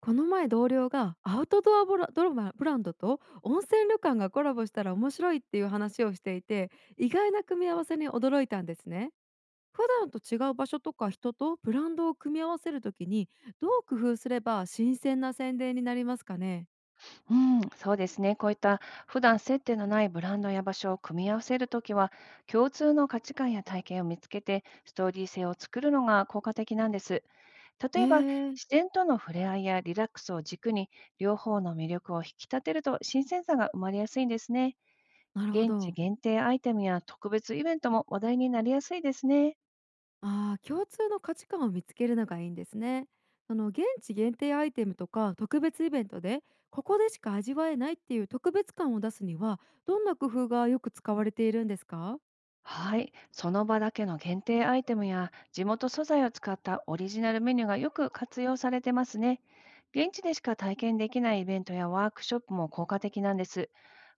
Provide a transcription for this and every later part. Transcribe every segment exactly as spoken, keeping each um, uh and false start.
この前同僚がアウトドアブラドラマブランドと温泉旅館がコラボしたら面白いっていう話をしていて、意外な組み合わせに驚いたんですね。普段と違う場所とか人とブランドを組み合わせるときに、どう工夫すれば新鮮な宣伝になりますかね。うん、そうですね。こういった普段接点のないブランドや場所を組み合わせるときは、共通の価値観や体験を見つけて、ストーリー性を作るのが効果的なんです。え例えば、自ー、然との触れ合いやリラックスを軸に、両方の魅力を引き立てると新鮮さが生まれやすいんですね。なるほ現地ど。限定アイテムや特別イベントも話題になりやすいですね。ああ、共通の価値観を見つけるのがいいんですね。その現地限定アイテムとか特別イベントで、ここでしか味わえないっていう特別感を出すには、どんな工夫がよく使われているんですか？はい、その場だけの限定アイテムや地元素材を使ったオリジナルメニューがよく活用されてますね。現地でしか体験できないイベントやワークショップも効果的なんです。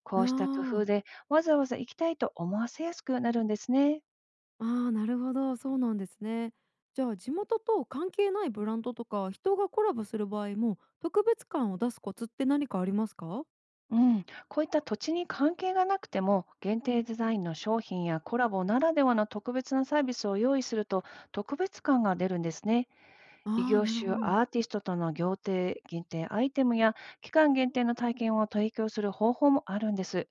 こあうした工夫ー、でわざわざ行きたいと思わせやすくなるんですね。あー、なるほど、そうなんですね。じゃあ、地元と関係ないブランドとか人がコラボする場合も特別感を出すコツって何かありますか？うん、こういった土地に関係がなくても限定デザインの商品やコラボならではの特別なサービスを用意すると特別感が出るんですね。異ああ業ー、なる種、ほど。アーティストとの行程限定アイテムや期間限定の体験を提供する方法もあるんです。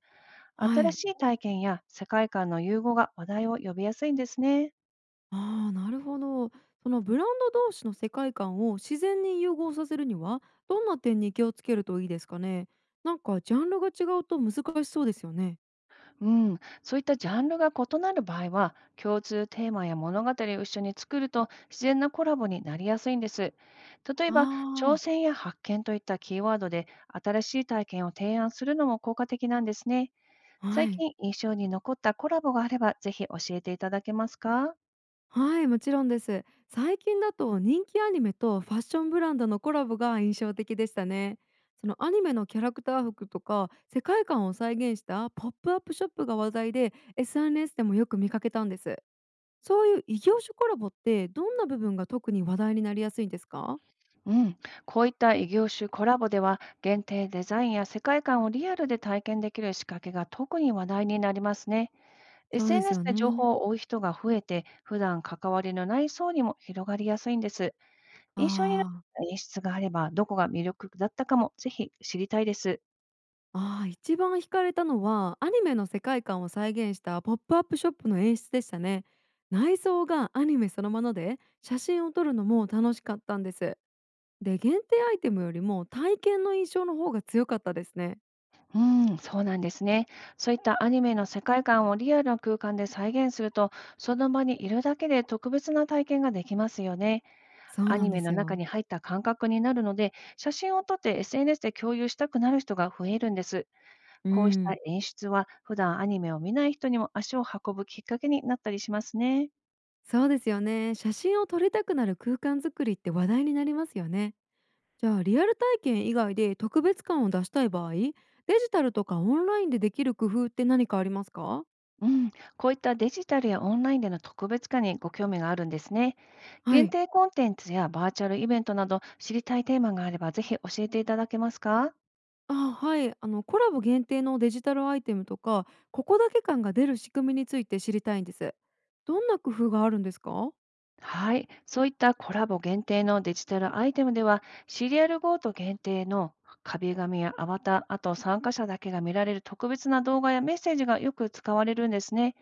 は新い。しい体験や世界観の融合が話題を呼びやすいんですね。ああ、なるほど。そのブランド同士の世界観を自然に融合させるには、どんな点に気をつけるといいですかね。なんかジャンルが違うと難しそうですよね。うん、そういったジャンルが異なる場合は、共通テーマや物語を一緒に作ると自然なコラボになりやすいんです。例えば、挑あ戦や発見といったキーワードで新しい体験を提案するのも効果的なんですね。あ、は最い。近印象に残ったコラボがあれば、ぜひ教えていただけますか？はい、もちろんです。最近だと人気アニメとファッションブランドのコラボが印象的でしたね。そのアニメのキャラクター服とか世界観を再現したポップアップショップが話題で エスエヌエス でもよく見かけたんです。そういう異業種コラボって、どんな部分が特に話題になりやすいんですか？うん、こういった異業種コラボでは限定デザインや世界観をリアルで体験できる仕掛けが特に話題になりますね。そうです エスエヌエス よで情ね。報を追う人が増えて、普段関わりのない層にも広がりやすいんです。あ印象に残っあ、た演出があれば、どこが魅力だったかもぜひ知りたいです。ああ、一番惹かれたのは、アニメの世界観を再現したポップアップショップの演出でしたね。内装がアニメそのもので、写真を撮るのも楽しかったんです。で、限定アイテムよりも体験の印象の方が強かったですね。うん、そうなんですね。そういったアニメの世界観をリアルな空間で再現すると、その場にいるだけで特別な体験ができますよね。そうアなニんでメのす中よ。に入った感覚になるので、写真を撮って エスエヌエス で共有したくなる人が増えるんです。うこうしたん、演出は、普段アニメを見ない人にも足を運ぶきっかけになったりしますね。そうですよね。写真を撮りたくなる空間作りって話題になりますよね。じゃあ、リアル体験以外で特別感を出したい場合、デジタルとかオンラインでできる工夫って何かありますか？うん、こういったデジタルやオンラインでの特別化にご興味があるんですね。は限い、定コンテンツやバーチャルイベントなど、知りたいテーマがあればぜひ教えていただけますか？あ、はい、あのコラボ限定のデジタルアイテムとか、ここだけ感が出る仕組みについて知りたいんです。どんな工夫があるんですか？はい、そういったコラボ限定のデジタルアイテムでは、シリアルゴート限定の壁紙やアバター、あと参加者だけが見られる特別な動画やメッセージがよく使われるんですね。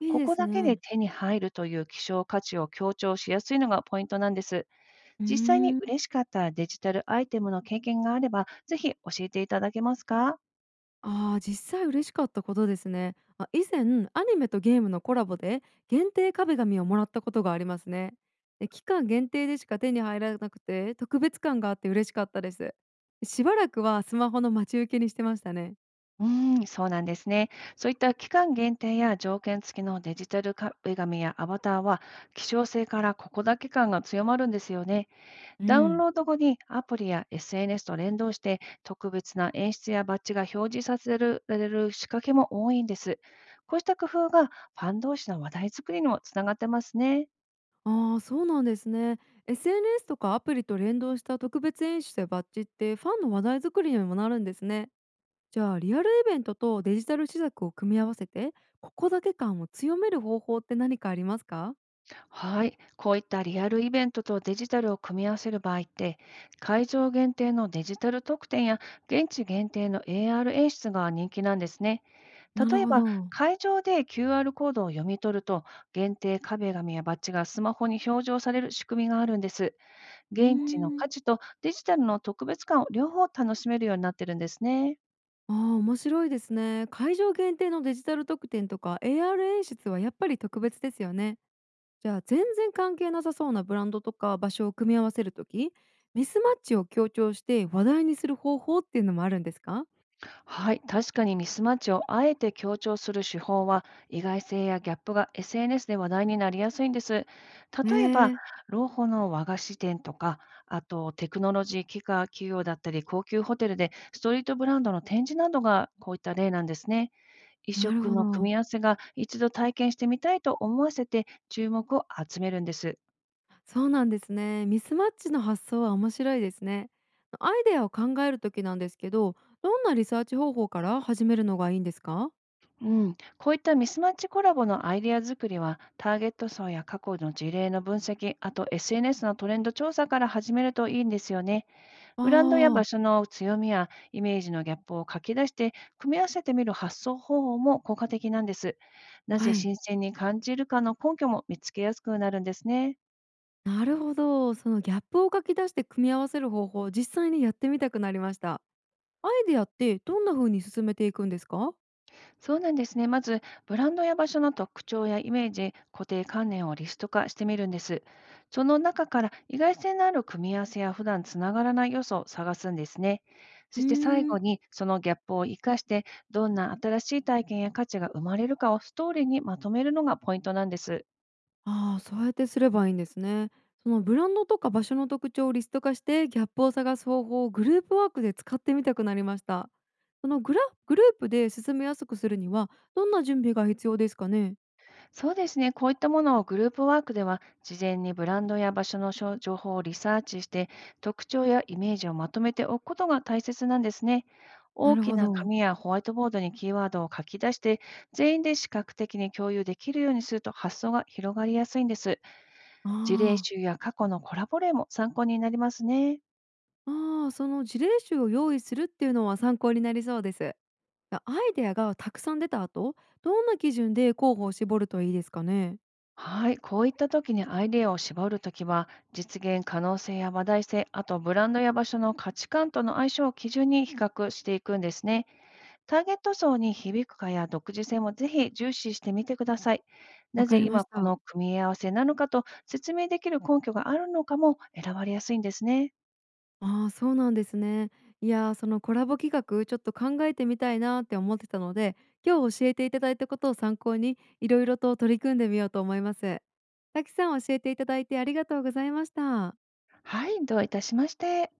いいこでこすだけでね。手に入るという希少価値を強調しやすいのがポイントなんです。うー実際にん。嬉しかったデジタルアイテムの経験があれば、ぜひ教えていただけますか？ああ、実際嬉しかったことですね。あ、以前アニメとゲームのコラボで、限定壁紙をもらったことがありますね。で、期間限定でしか手に入らなくて特別感があって嬉しかったです。しばらくはスマホの待ち受けにしてましたね。うーん、そうなんですね。そういった期間限定や条件付きのデジタル壁紙やアバターは、希少性からここだけ感が強まるんですよね。うダウンん、ロード後にアプリや エスエヌエス と連動して、特別な演出やバッジが表示させるられる仕掛けも多いんです。こうした工夫が、ファン同士の話題作りにもつながってますね。ああ、そうなんですね。エスエヌエス とかアプリと連動した特別演出やバッジってファンの話題作りにもなるんですね。じゃあ、リアルイベントとデジタル施策を組み合わせて、ここだけ感を強める方法って何かありますか？はい。こういったリアルイベントとデジタルを組み合わせる場合って、会場限定のデジタル特典や現地限定の エーアール 演出が人気なんですね。なる例えほば、ど。会場で キューアール コードを読み取ると、限定壁紙やバッジがスマホに表示をされる仕組みがあるんです。うー現地のん。価値とデジタルの特別感を両方楽しめるようになってるんですね。ああ、面白いですね。会場限定のデジタル特典とか エーアール 演出はやっぱり特別ですよね。じゃあ、全然関係なさそうなブランドとか場所を組み合わせるとき、ミスマッチを強調して話題にする方法っていうのもあるんですか？はい、確かにミスマッチをあえて強調する手法は、意外性やギャップが エスエヌエス で話題になりやすいんです。え例えば、ー、老舗の和菓子店とか、あとテクノロジー機械企業だったり、高級ホテルでストリートブランドの展示などがこういった例なんですね。異なる色ほの組ど。み合わせが、一度体験してみたいと思わせて注目を集めるんです。そうなんですね。ミスマッチの発想は面白いですね。アイデアを考えるときなんですけど、どんなリサーチ方法から始めるのがいいんですか？うん、こういったミスマッチコラボのアイデア作りは、ターゲット層や過去の事例の分析、あと エスエヌエス のトレンド調査から始めるといいんですよね。あブランドやあ場ー、所の強みやイメージのギャップを書き出して、組み合わせてみる発想方法も効果的なんです。なぜはい。新鮮に感じるかの根拠も見つけやすくなるんですね。なるほど。そのギャップを書き出して組み合わせる方法、実際にやってみたくなりました。アイデアってどんな風に進めていくんですか？そうなんですね。まず、ブランドや場所の特徴やイメージ、固定観念をリスト化してみるんです。その中から意外性のある組み合わせや普段つながらない要素を探すんですね。そうーして最後ん。に、そのギャップを生かして、どんな新しい体験や価値が生まれるかをストーリーにまとめるのがポイントなんです。ああ、そうやってすればいいんですね。そのブランドとか場所の特徴をリスト化してギャップを探す方法をグループワークで使ってみたくなりました。そのグラグループで進めやすくするには、どんな準備が必要ですかね。そうですね。こういったものをグループワークでは、事前にブランドや場所のしょ情報をリサーチして、特徴やイメージをまとめておくことが大切なんですね。な大るきほなど。紙やホワイトボードにキーワードを書き出して、全員で視覚的に共有できるようにすると発想が広がりやすいんです。あ事例あ、集や過去のコラボ例も参考になりますね。ああ、その事例集を用意するっていうのは参考になりそうです。やアイデアがたくさん出た後、どんな基準で候補を絞るといいですかね？はい、こういった時にアイデアを絞るときは、実現可能性や話題性、あとブランドや場所の価値観との相性を基準に比較していくんですね。ターゲット層に響くかや独自性もぜひ重視してみてください。わなかぜりま今しこた。の組み合わせなのかと説明できる根拠があるのかも選ばれやすいんですね。ああー、そうなんですね。いやー、そのコラボ企画、ちょっと考えてみたいなって思ってたので、今日教えていただいたことを参考に、いろいろと取り組んでみようと思います。たくさん教えていただいてありがとうございました。はい、どういたしまして。